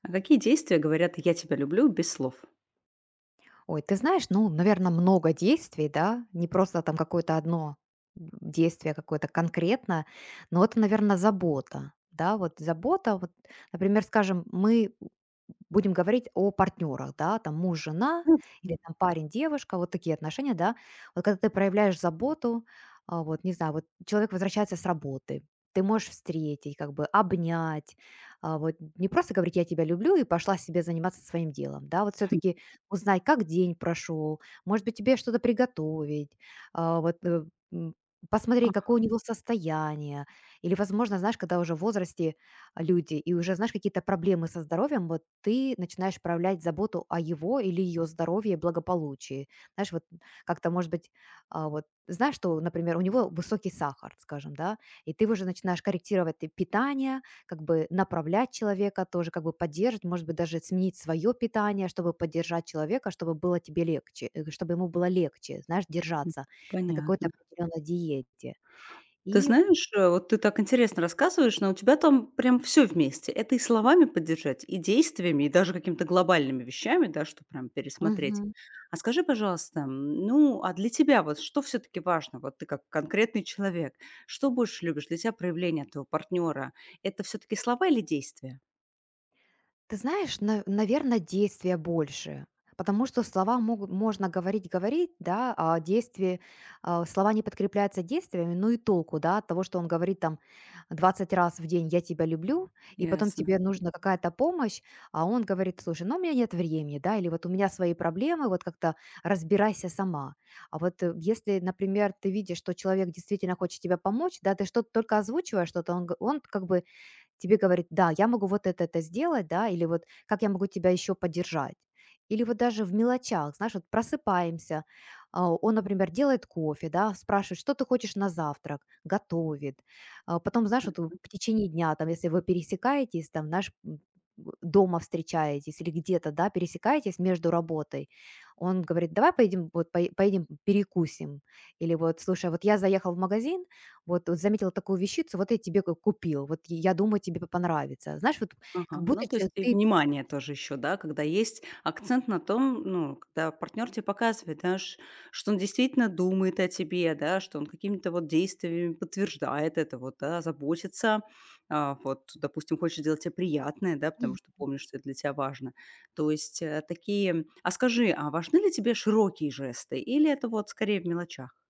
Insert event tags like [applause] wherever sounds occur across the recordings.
А какие действия говорят "я тебя люблю" без слов? Ой, ты знаешь, ну, наверное, много действий, да, не просто там какое-то одно действие какое-то конкретно, но это, наверное, забота, да, вот забота, вот, например, скажем, мы будем говорить о партнерах, да, там муж, жена Ну да. или там парень, девушка, вот такие отношения, да. Вот когда ты проявляешь заботу, вот не знаю, вот человек возвращается с работы, ты можешь встретить, как бы обнять, вот не просто говорить я тебя люблю и пошла себе заниматься своим делом, да, вот все-таки узнать, как день прошел, может быть тебе что-то приготовить, а, вот э, м, посмотреть, какое у него состояние, или, возможно, знаешь, когда уже в возрасте люди, и уже, знаешь, какие-то проблемы со здоровьем, вот ты начинаешь проявлять заботу о его или ее здоровье и благополучии. Знаешь, вот как-то, может быть, вот знаешь, что, например, у него высокий сахар, скажем, да, и ты уже начинаешь корректировать и питание, как бы направлять человека тоже, как бы поддерживать, может быть, даже сменить свое питание, чтобы поддержать человека, чтобы было тебе легче, чтобы ему было легче, знаешь, Ага, держаться на какой-то понятно. определенной диете. Ты И. знаешь, вот ты так интересно рассказываешь, но у тебя там прям все вместе. Это и словами поддержать, и действиями, и даже какими-то глобальными вещами, да, что прям пересмотреть. Мгм. А скажи, пожалуйста, ну, а для тебя вот что все таки важно? Вот ты как конкретный человек, что больше любишь для тебя проявление от твоего партнера – это все таки слова или действия? Ты знаешь, на наверно, действия больше, потому что слова могут можно говорить, да, а слова не подкрепляются действиями, ну и толку, да, от того, что он говорит там 20 раз в день: «Я тебя люблю», и потом Ясно. тебе нужна какая-то помощь, а он говорит: «Слушай, ну, у меня нет времени», да, или вот: «У меня свои проблемы, вот как-то разбирайся сама». А вот, если, например, ты видишь, что человек действительно хочет тебе помочь, да, ты что-то только озвучиваешь что-то, он как бы тебе говорит: «Да, я могу вот это сделать, да», или вот: «Как я могу тебя еще поддержать?» Или вот даже в мелочах, знаешь, вот просыпаемся, он, например, делает кофе, да, спрашивает, что ты хочешь на завтрак, готовит. А, потом, знаешь, вот в течение дня, там, если вы пересекаетесь, там, знаешь, дома встречаетесь или где-то, да, пересекаетесь между работой, он говорит: «Давай поедем, вот поедем перекусим». Или вот: «Слушай, а вот я заехал в магазин, вот заметила такую вещицу, вот я тебе ку купил, вот и я думаю, тебе п понравится. Знаешь, вот Ага, как ну, будто то че есть и ты». внимание тоже еще, да, когда есть акцент на том, ну, когда партнер тебе показывает, да, что он действительно думает о тебе, да, что он какими-то вот действиями подтверждает это, вот, да, заботится, вот, допустим, хочет сделать тебе приятное, да, потому Мгм. что помнишь, что это для тебя важно. То есть такие... А скажи, а важны ли тебе широкие жесты или это вот скорее в мелочах?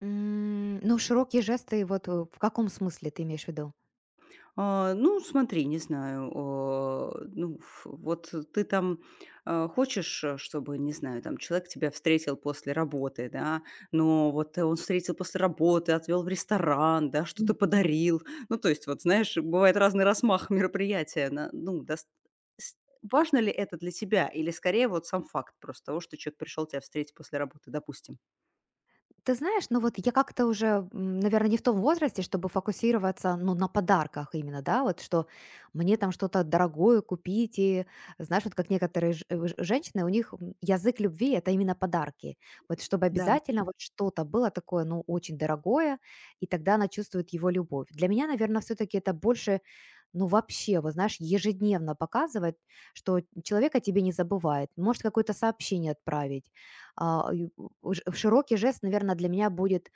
Ну, широкие жесты, вот в каком смысле ты имеешь в виду? А, ну, смотри, не знаю, о, ну, вот ты там хочешь, чтобы, не знаю, там человек тебя встретил после работы, да, но вот он встретил после работы, отвел в ресторан, да, что-то подарил. Ну, то есть, вот, знаешь, бывает разный размах мероприятия. Ну, с- важно ли это для тебя? Или скорее вот сам факт просто того, что человек пришел тебя встретить после работы, допустим? Ты знаешь, ну вот я как-то уже, наверное, не в том возрасте, чтобы фокусироваться, ну, на подарках именно, да, вот что мне там что-то дорогое купить, и знаешь, вот как некоторые женщины, у них, язык любви — это именно подарки, вот чтобы Да, обязательно вот что-то было такое, ну, очень дорогое, и тогда она чувствует его любовь. Для меня, наверное, все-таки это больше ну вообще, вот знаешь, ежедневно показывать, что человека тебе не забывает, может какое-то сообщение отправить, а, ю ж широкий жест, наверное, для меня будет,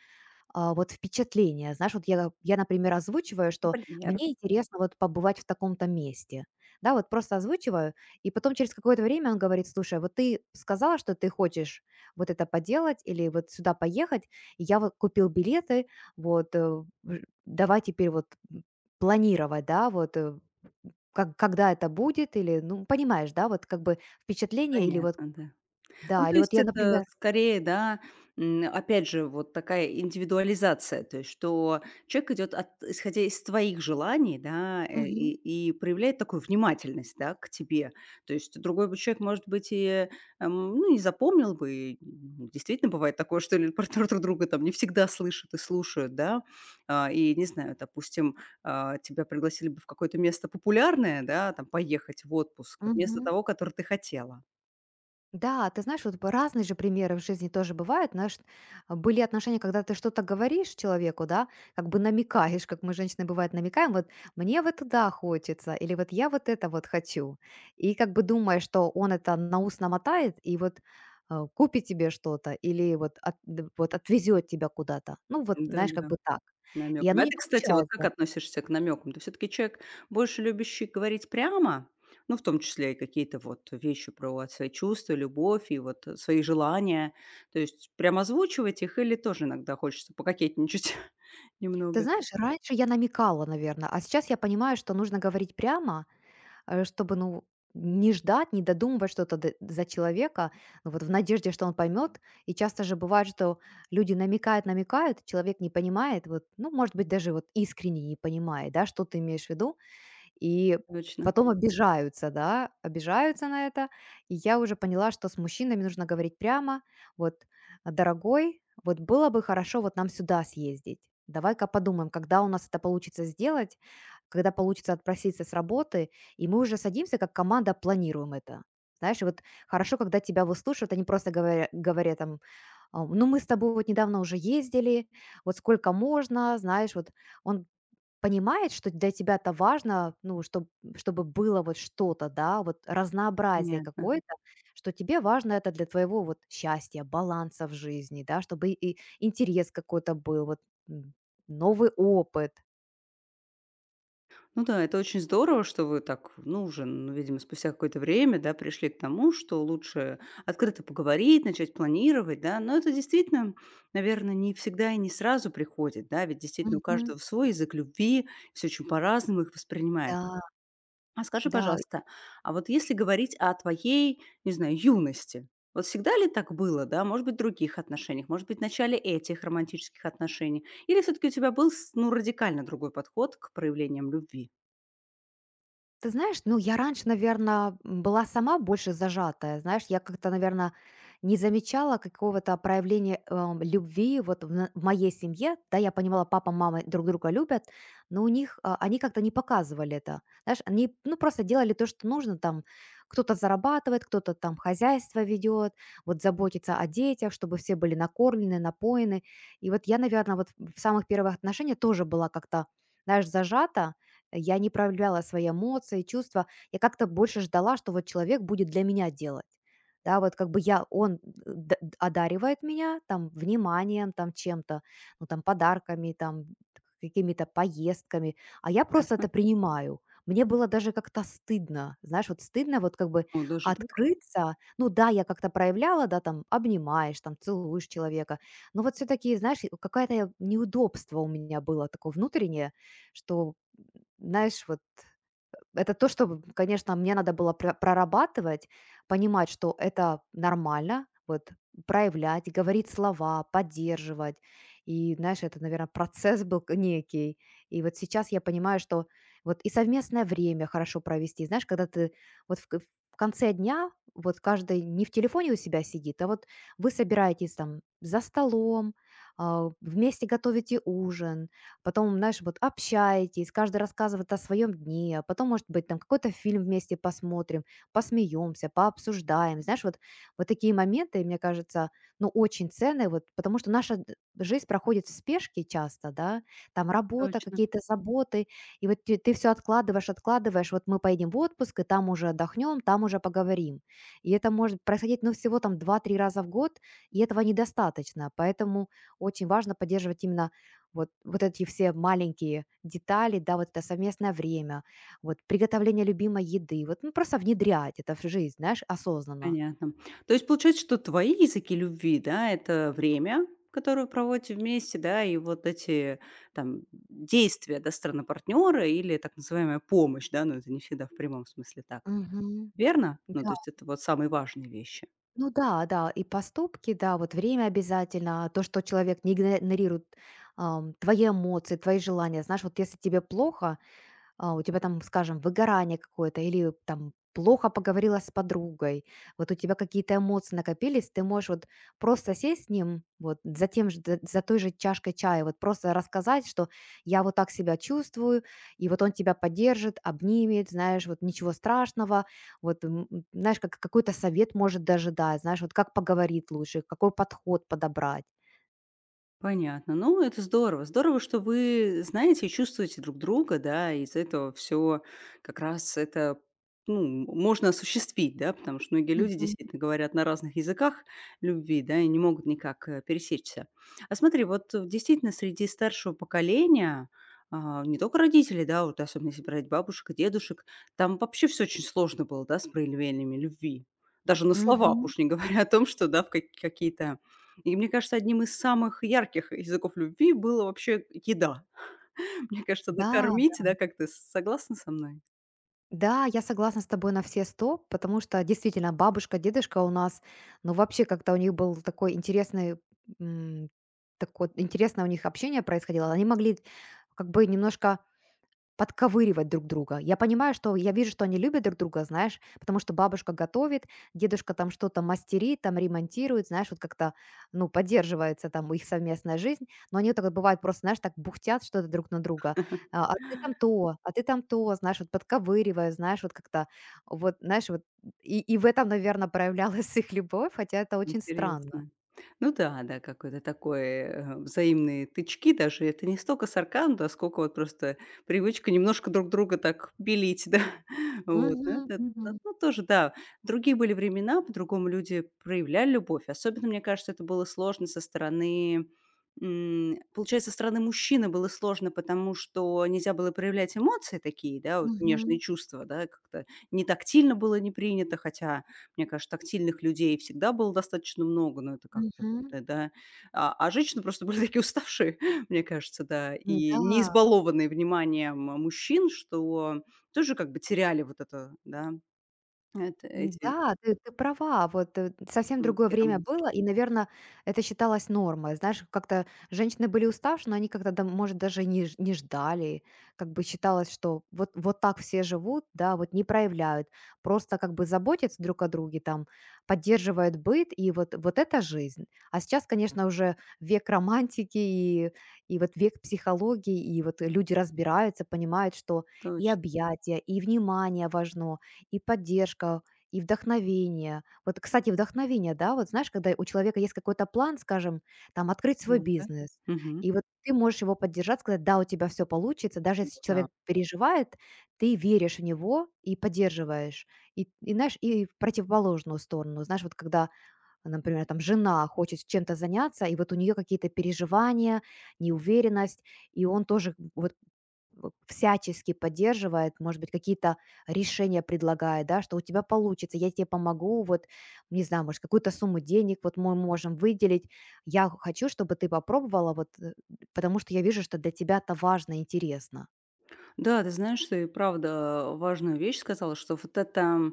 вот впечатление. Знаешь, вот я, например, озвучиваю, что например. мне интересно вот побывать в таком-то месте. Да, вот просто озвучиваю, и потом через какое-то время он говорит: «Слушай, вот ты сказала, что ты хочешь вот это поделать или вот сюда поехать. И я вот купил билеты, вот, э, в давай теперь вот, м, планировать, да, вот, как когда это будет». Или, ну, понимаешь, да, вот как бы впечатление или вот Понятно, да. Ну, да, то или вот есть я, это например. скорее, да, опять же, вот такая индивидуализация, то есть что человек идет исходя из твоих желаний, да, и проявляет такую внимательность, да, к тебе. То есть другой бы человек, может быть, и ну, не запомнил бы, действительно бывает такое, что люди про друг друга там не всегда слышат и слушают, да. А, и, не знаю, допустим, тебя пригласили бы в какое-то место популярное, да, там поехать в отпуск Мгм. вместо того, которое ты хотела. Да, ты знаешь, вот разные же примеры в жизни тоже бывают. Знаешь, были отношения, когда ты что-то говоришь человеку, да, как бы намекаешь, как мы женщины бывает намекаем, вот мне вот туда хочется, или вот я вот это вот хочу. И как бы думаешь, что он это на ус намотает и вот купит тебе что-то, или вот, вот отвезет тебя куда-то. Ну вот, знаешь, как Да-да. бы так. И оно Намёками. А не ты, кстати, вот получается. как относишься к намекам? Ты все таки человек, больше любящий говорить прямо, ну, в том числе и какие-то вот вещи про свои чувства, любовь и вот, свои желания. То есть прям озвучивать их или тоже иногда хочется пококетничать [laughs] Ты немного? знаешь, раньше я намекала, наверное, а сейчас я понимаю, что нужно говорить прямо, чтобы, ну, не ждать, не додумывать что-то за человека, ну, вот в надежде, что он поймет. И часто же бывает, что люди намекают, намекают, человек не понимает, вот, ну, может быть, даже вот искренне не понимает, да, что ты имеешь в виду, и Точно, потом обижаются, да, обижаются на это. И я уже поняла, что с мужчинами нужно говорить прямо, вот, дорогой, вот было бы хорошо вот нам сюда съездить. Давай-ка подумаем, когда у нас это получится сделать, когда получится отпроситься с работы, и мы уже садимся как команда, планируем это. Знаешь, и вот хорошо, когда тебя выслушивают, они просто говорят, там: «А, ну мы с тобой вот недавно уже ездили, вот сколько можно», знаешь, вот он понимает, что для тебя-то важно, ну, чтобы было вот что-то, да, вот разнообразие понятно. какое-то, что тебе важно это для твоего вот счастья, баланса в жизни, да, чтобы и интерес какой-то был, вот, м, новый опыт. Ну да, это очень здорово, что вы так, ну, уже, ну, видимо, спустя какое-то время, да, пришли к тому, что лучше открыто поговорить, начать планировать, да. Но это действительно, наверное, не всегда и не сразу приходит, да, ведь действительно у Мгм. каждого свой язык любви, все очень по-разному их воспринимает. Да. А скажи, Да, да. пожалуйста, а вот если говорить о твоей, не знаю, юности, вот всегда ли так было, да, может быть, в других отношениях, может быть, в начале этих романтических отношений, или все-таки у тебя был, ну, радикально другой подход к проявлениям любви? Ты знаешь, ну, я раньше, наверное, была сама больше зажатая. Знаешь, я как-то, наверное, не замечала какого-то проявления, любви вот в моей семье. Да, я понимала, папа, мама друг друга любят, но они как-то не показывали это. Знаешь, они, ну, просто делали то, что нужно там. Кто-то зарабатывает, кто-то там хозяйство ведет, вот заботится о детях, чтобы все были накормлены, напоены. И вот я, наверное, вот в самых первых отношениях тоже была как-то, знаешь, зажата. Я не проявляла свои эмоции, чувства. Я как-то больше ждала, что вот человек будет для меня делать. Да, вот как бы он одаривает меня там вниманием, там чем-то, ну там подарками, там какими-то поездками, а я просто это принимаю. Мне было даже как-то стыдно, знаешь, вот стыдно вот как бы О, даже так? открыться. Ну да, я как-то проявляла, да, там обнимаешь, там целуешь человека, но вот все-таки, знаешь, и какое-то неудобство у меня было такое внутреннее, что знаешь, вот это то, что, конечно, мне надо было прорабатывать, понимать, что это нормально, вот проявлять, говорить слова, поддерживать. И, знаешь, это, наверное, процесс был некий. И вот сейчас я понимаю, что вот и совместное время хорошо провести. Знаешь, когда ты вот в конце дня, вот каждый не в телефоне у себя сидит, а вот вы собираетесь там за столом, вместе готовите ужин, потом, знаешь, вот общаетесь, каждый рассказывает о своем дне, а потом, может быть, там какой-то фильм вместе посмотрим, посмеемся, пообсуждаем. Знаешь, вот, такие моменты, мне кажется, ну, очень ценные, вот, потому что наша жизнь проходит в спешке часто, да, там работа, Точно, какие-то заботы, и вот ты все откладываешь, откладываешь, вот мы поедем в отпуск, и там уже отдохнем, там уже поговорим. И это может происходить, ну, всего там два-три раза в год, и этого недостаточно, поэтому очень важно поддерживать именно вот, эти все маленькие детали, да, вот это совместное время, вот приготовление любимой еды, вот ну, просто внедрять это в жизнь, знаешь, осознанно. понятно. То есть получается, что твои языки любви, да, это время, которое вы проводите вместе, да, и вот эти там действия, да, стороны партнера или так называемая помощь, да, но это не всегда в прямом смысле так. Мгм. Верно? Ну, Да, то есть это вот самые важные вещи. ну да, да, и поступки, да, вот время обязательно, то, что человек не игнорирует, твои эмоции, твои желания, знаешь, вот если тебе плохо, у тебя там, скажем, выгорание какое-то или там плохо поговорила с подругой, вот у тебя какие-то эмоции накопились, ты можешь вот просто сесть с ним, вот за той же чашкой чая, вот просто рассказать, что я вот так себя чувствую, и вот он тебя поддержит, обнимет, знаешь, вот ничего страшного, вот, знаешь, как какой-то совет может даже дать, знаешь, вот как поговорить лучше, какой подход подобрать. Понятно. Ну, это здорово. Здорово, что вы знаете и чувствуете друг друга, да, и из этого все как раз это ну, можно осуществить, да, потому что многие люди Мгм. действительно говорят на разных языках любви, да, и не могут никак пересечься. А смотри, вот действительно среди старшего поколения, не только родителей, да, вот особенно если брать бабушек и дедушек, там вообще все очень сложно было, да, с проявлениями любви. Даже на словах Мгм. уж не говоря о том, что, да, в какие-то и мне кажется, одним из самых ярких языков любви было вообще еда. [laughs] Мне кажется, Да, накормить, да, как ты согласна со мной? да, я согласна с тобой на все 100, потому что действительно бабушка, дедушка у нас, ну вообще как-то у них был м, такое интересное у них общение происходило. Они могли как бы немножко подковыривать друг друга. Я понимаю, что я вижу, что они любят друг друга, знаешь, потому что бабушка готовит, дедушка там что-то мастерит, там ремонтирует, знаешь, вот как-то, ну, поддерживается там их совместная жизнь, но они вот так вот бывает просто, знаешь, так бухтят что-то друг на друга. А, ты там то, а ты там то, знаешь, вот подковыривая, знаешь, вот как-то, вот, знаешь, вот, и, в этом, наверное, проявлялась [laughs] их любовь, хотя это очень странно. Интересно. Ну да, да, какой-то такой, взаимные тычки даже. Это не столько сарказм, да, сколько вот просто привычка немножко друг друга так белить, да. [laughs] Вот, ну Мгм, это, мгм, т ну тоже, да. Другие были времена, по-другому люди проявляли любовь. Особенно, мне кажется, это было сложно со стороны, получается, со стороны мужчины было сложно, потому что нельзя было проявлять эмоции такие, да, вот мгм, нежные чувства, да, как-то не тактильно было не принято, хотя мне кажется, тактильных людей всегда было достаточно много, но это как-то вот, мгм. Да. А женщины просто были такие уставшие, [laughs] мне кажется, да, и не Да, избалованные вниманием мужчин, что тоже как бы теряли вот это, да, это, эти да, ты права. Вот, совсем другое нотки время романтики. было, и, наверное, это считалось нормой. Знаешь, как-то женщины были уставшие, но они как-то да, может, даже не ждали. Как бы считалось, что вот так все живут, да, вот не проявляют. Просто как бы заботятся друг о друге, там, поддерживают быт, и вот это жизнь. А сейчас, конечно, уже век романтики и вот век психологии, и вот люди разбираются, понимают, что и Точно. объятия, и внимание важно, и поддержка. И вдохновение. Вот, кстати, вдохновение, да, вот знаешь, когда у человека есть какой-то план, скажем, там открыть свой Ну да. бизнес, Мгм. и вот ты можешь его поддержать, сказать, да, у тебя все получится, даже если Да. человек переживает, ты веришь в него и поддерживаешь. И, знаешь, и в противоположную сторону. Знаешь, вот когда, например, там жена хочет чем-то заняться, и вот у нее какие-то переживания, неуверенность, и он тоже вот всячески поддерживает, может быть, какие-то решения предлагает, да, что у тебя получится, я тебе помогу, вот, не знаю, может, какую-то сумму денег вот мы можем выделить. Я хочу, чтобы ты попробовала, вот, потому что я вижу, что для тебя это важно, интересно. Да, ты знаешь, ты правда важную вещь сказала, что вот эта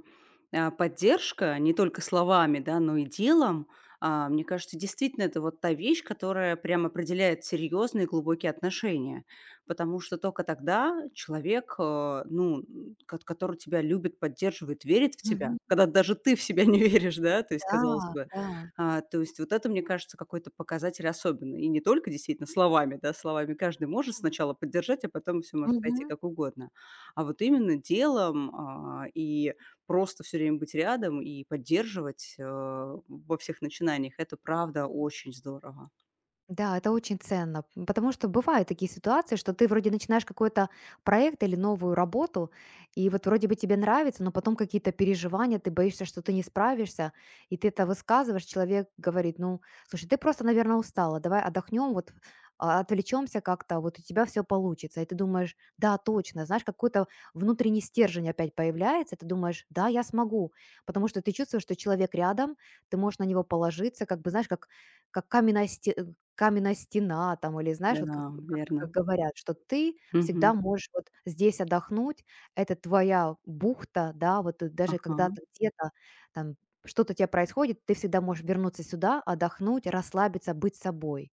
поддержка не только словами, да, но и делом, мне кажется, действительно это вот та вещь, которая прям определяет серьезные глубокие отношения. Потому что только тогда человек, ну, который тебя любит, поддерживает, верит в тебя, Мгм. когда даже ты в себя [laughs] не веришь, да, то есть, Да, казалось бы, да. То есть вот это, мне кажется, какой-то показатель особенный. И не только действительно словами, да, словами каждый может сначала поддержать, а потом все может пойти Мгм. как угодно. А вот именно делом и просто все время быть рядом и поддерживать во всех начинаниях, это правда очень здорово. Да, это очень ценно, потому что бывают такие ситуации, что ты вроде начинаешь какой-то проект или новую работу, и вот вроде бы тебе нравится, но потом какие-то переживания, ты боишься, что ты не справишься, и ты это высказываешь, человек говорит: «Ну, слушай, ты просто, наверное, устала, давай отдохнем, вот, отвлечемся как-то, вот у тебя все получится». И ты думаешь: «Да, точно», знаешь, какой-то внутренний стержень опять появляется, ты думаешь: «Да, я смогу», потому что ты чувствуешь, что человек рядом, ты можешь на него положиться, как бы, знаешь, как каменная стена там или, знаешь, Да, вот как верно. говорят, что ты всегда Мгм. можешь вот здесь отдохнуть, это твоя бухта, да, вот ты даже Ага. когда ты где-то там что-то у тя происходит, ты всегда можешь вернуться сюда, отдохнуть, расслабиться, быть собой.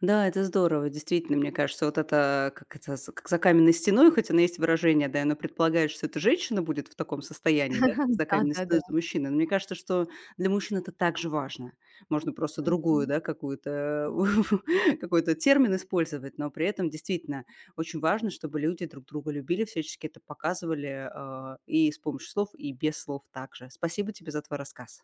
Да, это здорово. Действительно, мне кажется, вот это, как это, как за каменной стеной, хоть оно есть выражение, да, и оно предполагает, что эта женщина будет в таком состоянии, да, как [laughs] за каменной Да-да-да. стеной за мужчиной. Но мне кажется, что для мужчин это также важно. Можно просто другую, Мгм. да, какую-то, [laughs] какой-то термин использовать, но при этом действительно очень важно, чтобы люди друг друга любили, всячески это показывали и с помощью слов, и без слов также. Спасибо тебе за твой рассказ.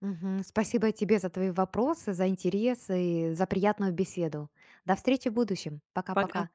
Мгм. Спасибо тебе за твои вопросы, за интерес и за приятную беседу. До встречи в будущем. Пока. Пока-пока.